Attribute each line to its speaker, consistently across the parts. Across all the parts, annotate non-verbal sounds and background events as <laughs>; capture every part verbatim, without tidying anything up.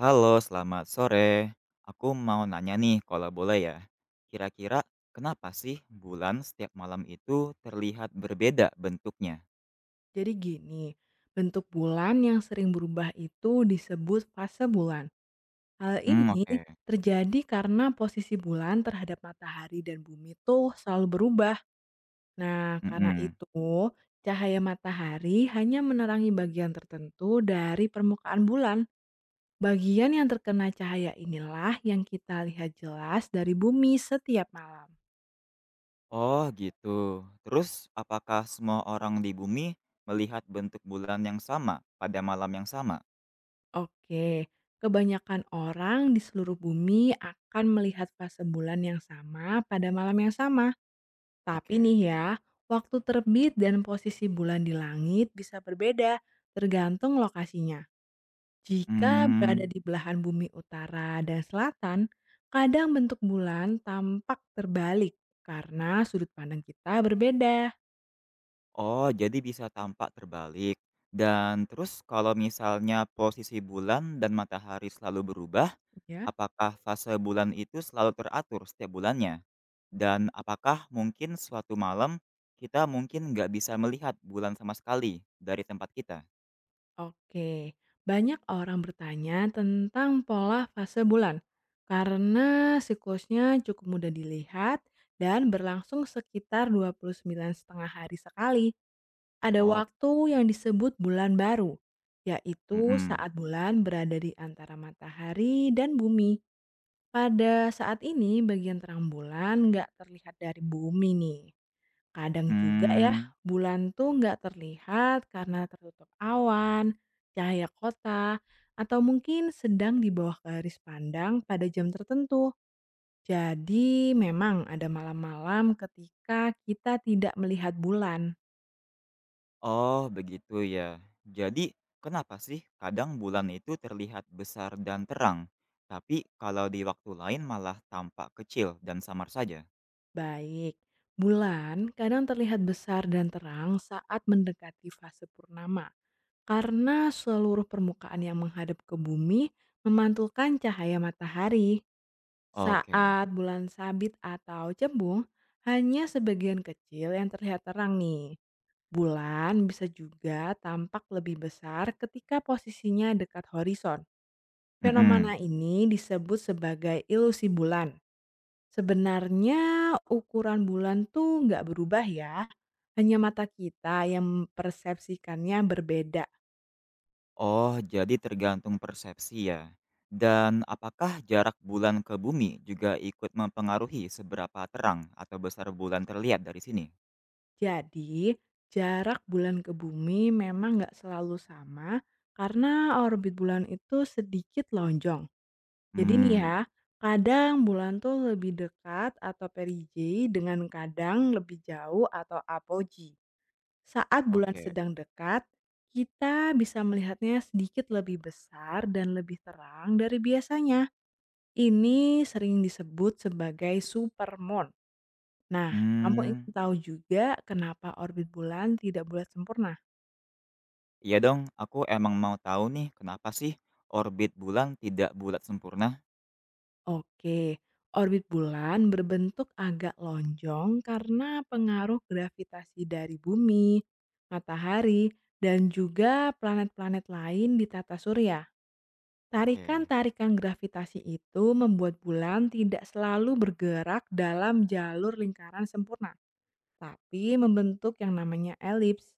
Speaker 1: Halo, selamat sore. Aku mau nanya nih kalau boleh ya. Kira-kira kenapa sih bulan setiap malam itu terlihat berbeda bentuknya?
Speaker 2: Jadi gini, bentuk bulan yang sering berubah itu disebut fase bulan. Hal
Speaker 1: Hmm,
Speaker 2: ini
Speaker 1: oke.
Speaker 2: terjadi karena posisi bulan terhadap matahari dan bumi tuh selalu berubah. Nah, karena
Speaker 1: Mhm.
Speaker 2: itu cahaya matahari hanya menerangi bagian tertentu dari permukaan bulan. Bagian yang terkena cahaya inilah yang kita lihat jelas dari bumi setiap malam.
Speaker 1: Oh, gitu. Terus apakah semua orang di bumi melihat bentuk bulan yang sama pada malam yang sama?
Speaker 2: Oke, kebanyakan orang di seluruh bumi akan melihat fase bulan yang sama pada malam yang sama. Tapi nih
Speaker 1: Oke.
Speaker 2: ya, waktu terbit dan posisi bulan di langit bisa berbeda tergantung lokasinya. Jika berada
Speaker 1: Hmm,
Speaker 2: di belahan bumi utara dan selatan, kadang bentuk bulan tampak terbalik karena sudut pandang kita berbeda,
Speaker 1: Oh, jadi bisa tampak terbalik. Dan terus kalau misalnya posisi bulan dan matahari selalu berubah,
Speaker 2: ya.
Speaker 1: apakah fase bulan itu selalu teratur setiap bulannya? Dan apakah mungkin suatu malam kita mungkin nggak bisa melihat bulan sama sekali dari tempat kita?
Speaker 2: Oke, banyak orang bertanya tentang pola fase bulan karena siklusnya cukup mudah dilihat dan berlangsung sekitar dua puluh sembilan setengah hari sekali. Ada
Speaker 1: Oh,
Speaker 2: waktu yang disebut bulan baru, yaitu
Speaker 1: mhm.
Speaker 2: saat bulan berada di antara matahari dan bumi. Pada saat ini bagian terang bulan nggak terlihat dari bumi nih. Kadang juga ya,
Speaker 1: hmm,
Speaker 2: bulan tuh nggak terlihat karena tertutup awan, cahaya kota, atau mungkin sedang di bawah garis pandang pada jam tertentu. Jadi memang ada malam-malam ketika kita tidak melihat bulan.
Speaker 1: oh begitu ya. Jadi kenapa sih kadang bulan itu terlihat besar dan terang, tapi kalau di waktu lain malah tampak kecil dan samar saja?
Speaker 2: Baik, bulan kadang terlihat besar dan terang saat mendekati fase purnama. Karena seluruh permukaan yang menghadap ke bumi memantulkan cahaya matahari.
Speaker 1: Oke,
Speaker 2: Saat bulan sabit atau cembung, hanya sebagian kecil yang terlihat terang nih. Bulan bisa juga tampak lebih besar ketika posisinya dekat horizon.
Speaker 1: mhm.
Speaker 2: Fenomena ini disebut sebagai ilusi bulan. Sebenarnya ukuran bulan tuh nggak berubah ya. Hanya mata kita yang mempersepsikannya berbeda.
Speaker 1: Oh, jadi tergantung persepsi ya. Dan apakah jarak bulan ke bumi juga ikut mempengaruhi seberapa terang atau besar bulan terlihat dari sini?
Speaker 2: Jadi, jarak bulan ke bumi memang nggak selalu sama karena orbit bulan itu sedikit lonjong. Jadi nih
Speaker 1: Hmm,
Speaker 2: ya, kadang bulan tuh lebih dekat atau perigee dengan kadang lebih jauh atau apogee. Saat bulan
Speaker 1: oke.
Speaker 2: sedang dekat, kita bisa melihatnya sedikit lebih besar dan lebih terang dari biasanya. Ini sering disebut sebagai supermoon. Nah, kamu ingin
Speaker 1: Hmm,
Speaker 2: tahu juga kenapa orbit bulan tidak bulat sempurna?
Speaker 1: iya dong, aku emang mau tahu nih kenapa sih orbit bulan tidak bulat sempurna?
Speaker 2: Oke, orbit bulan berbentuk agak lonjong karena pengaruh gravitasi dari bumi, matahari, dan juga planet-planet lain di tata surya.
Speaker 1: Oke.
Speaker 2: Tarikan-tarikan gravitasi itu membuat bulan tidak selalu bergerak dalam jalur lingkaran sempurna, tapi membentuk yang namanya elips.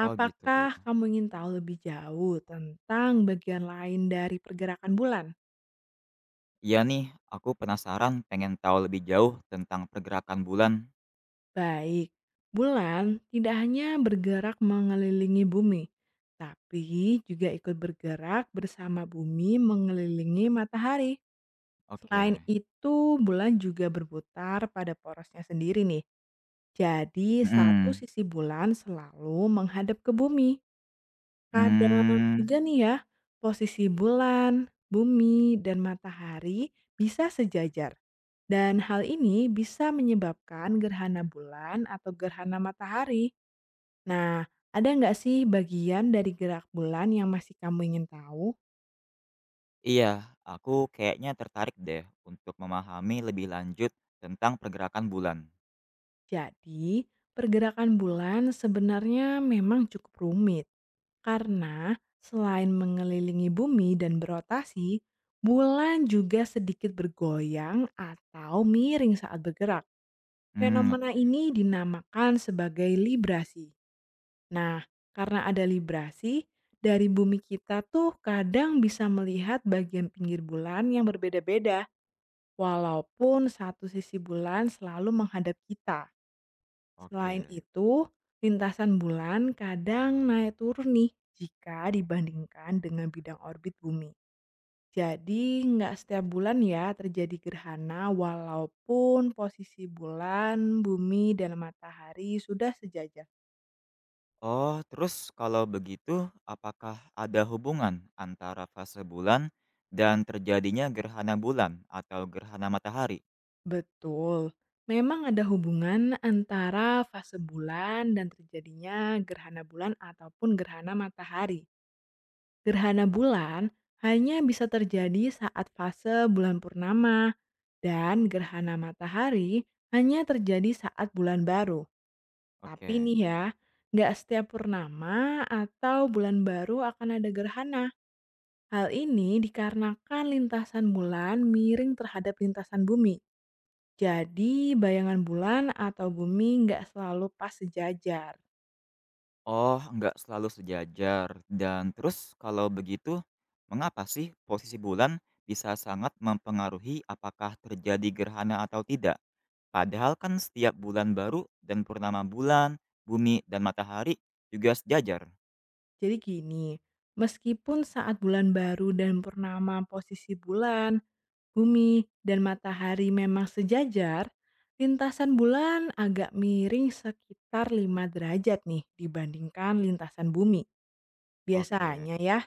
Speaker 1: Oh gitu.
Speaker 2: kamu ingin tahu lebih jauh tentang bagian lain dari pergerakan bulan?
Speaker 1: Iya nih, aku penasaran pengen tahu lebih jauh tentang pergerakan bulan.
Speaker 2: Baik, bulan tidak hanya bergerak mengelilingi bumi, tapi juga ikut bergerak bersama bumi mengelilingi matahari. Selain
Speaker 1: Oke.
Speaker 2: itu, bulan juga berputar pada porosnya sendiri nih. Jadi, satu
Speaker 1: Hmm.
Speaker 2: sisi bulan selalu menghadap ke bumi. Kadang
Speaker 1: Hmm.
Speaker 2: juga nih ya, posisi bulan, bumi, dan matahari bisa sejajar. Dan hal ini bisa menyebabkan gerhana bulan atau gerhana matahari. Nah, ada nggak sih bagian dari gerak bulan yang masih kamu ingin tahu?
Speaker 1: Iya, aku kayaknya tertarik deh untuk memahami lebih lanjut tentang pergerakan bulan.
Speaker 2: Jadi, pergerakan bulan sebenarnya memang cukup rumit. Karena selain mengelilingi bumi dan berotasi, bulan juga sedikit bergoyang atau miring saat bergerak.
Speaker 1: Hmm,
Speaker 2: Fenomena
Speaker 1: oke,
Speaker 2: ini dinamakan sebagai librasi. Nah, karena ada librasi, dari bumi kita tuh kadang bisa melihat bagian pinggir bulan yang berbeda-beda, walaupun satu sisi bulan selalu menghadap kita. Selain
Speaker 1: oke.
Speaker 2: itu, lintasan bulan kadang naik turun nih jika dibandingkan dengan bidang orbit bumi. Jadi nggak setiap bulan ya terjadi gerhana walaupun posisi bulan, bumi, dan matahari sudah sejajar.
Speaker 1: Oh, terus kalau begitu, apakah ada hubungan antara fase bulan dan terjadinya gerhana bulan atau gerhana matahari?
Speaker 2: Betul, memang ada hubungan antara fase bulan dan terjadinya gerhana bulan ataupun gerhana matahari. Gerhana bulan hanya bisa terjadi saat fase bulan purnama, dan gerhana matahari hanya terjadi saat bulan baru. Tapi
Speaker 1: Oke.
Speaker 2: nih ya, nggak setiap purnama atau bulan baru akan ada gerhana. Hal ini dikarenakan lintasan bulan miring terhadap lintasan bumi. Jadi bayangan bulan atau bumi nggak selalu pas sejajar.
Speaker 1: Oh, nggak selalu sejajar. Dan terus kalau begitu, mengapa sih posisi bulan bisa sangat mempengaruhi apakah terjadi gerhana atau tidak? Padahal kan setiap bulan baru dan purnama bulan, bumi, dan matahari juga sejajar.
Speaker 2: Jadi gini, meskipun saat bulan baru dan purnama posisi bulan, bumi, dan matahari memang sejajar, lintasan bulan agak miring sekitar lima derajat nih dibandingkan lintasan bumi.
Speaker 1: Oke,
Speaker 2: Biasanya ya,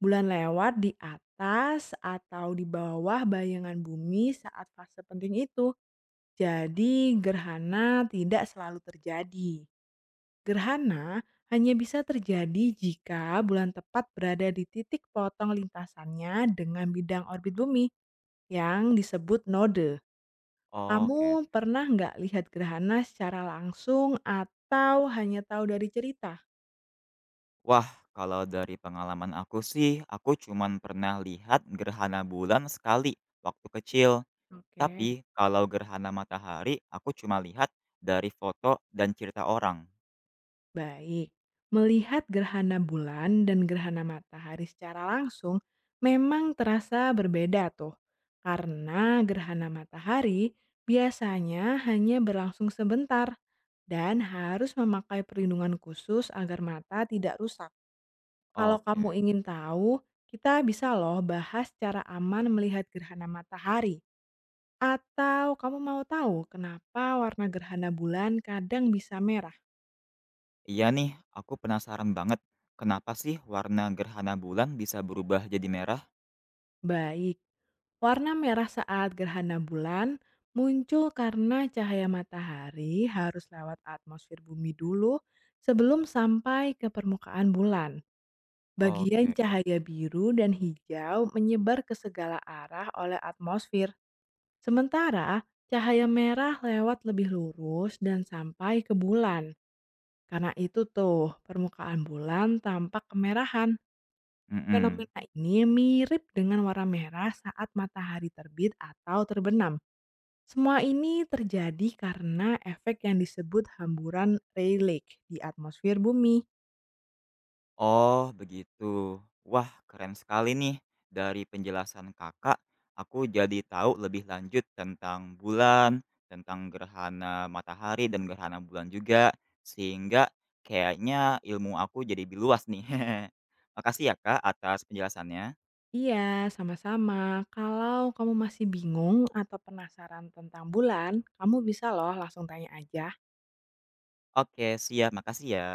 Speaker 2: bulan lewat di atas atau di bawah bayangan bumi saat fase penting itu. Jadi gerhana tidak selalu terjadi. Gerhana hanya bisa terjadi jika bulan tepat berada di titik potong lintasannya dengan bidang orbit bumi yang disebut node.
Speaker 1: oke.
Speaker 2: Kamu pernah nggak lihat gerhana secara langsung atau hanya tahu dari cerita?
Speaker 1: Wah, kalau dari pengalaman aku sih, aku cuman pernah lihat gerhana bulan sekali waktu kecil.
Speaker 2: Oke.
Speaker 1: Tapi kalau gerhana matahari, aku cuma lihat dari foto dan cerita orang.
Speaker 2: Baik, melihat gerhana bulan dan gerhana matahari secara langsung memang terasa berbeda tuh. Karena gerhana matahari biasanya hanya berlangsung sebentar dan harus memakai perlindungan khusus agar mata tidak rusak. Kalau kamu
Speaker 1: Oke.
Speaker 2: ingin tahu, kita bisa loh bahas cara aman melihat gerhana matahari. Atau kamu mau tahu kenapa warna gerhana bulan kadang bisa merah?
Speaker 1: Iya nih, aku penasaran banget. Kenapa sih warna gerhana bulan bisa berubah jadi merah?
Speaker 2: Baik, warna merah saat gerhana bulan muncul karena cahaya matahari harus lewat atmosfer bumi dulu sebelum sampai ke permukaan bulan. Bagian
Speaker 1: Oke.
Speaker 2: cahaya biru dan hijau menyebar ke segala arah oleh atmosfer. Sementara cahaya merah lewat lebih lurus dan sampai ke bulan. Karena itu tuh, permukaan bulan tampak kemerahan.
Speaker 1: Mhm.
Speaker 2: Fenomena ini mirip dengan warna merah saat matahari terbit atau terbenam. Semua ini terjadi karena efek yang disebut hamburan Rayleigh di atmosfer bumi.
Speaker 1: Oh, begitu. Wah, keren sekali nih. Dari penjelasan Kakak, aku jadi tahu lebih lanjut tentang bulan, tentang gerhana matahari dan gerhana bulan juga. Sehingga kayaknya ilmu aku jadi lebih luas nih. <laughs> Makasih ya, Kak, atas penjelasannya.
Speaker 2: Iya, sama-sama. Kalau kamu masih bingung atau penasaran tentang bulan, kamu bisa loh langsung tanya aja
Speaker 1: Oke, siap. Makasih ya.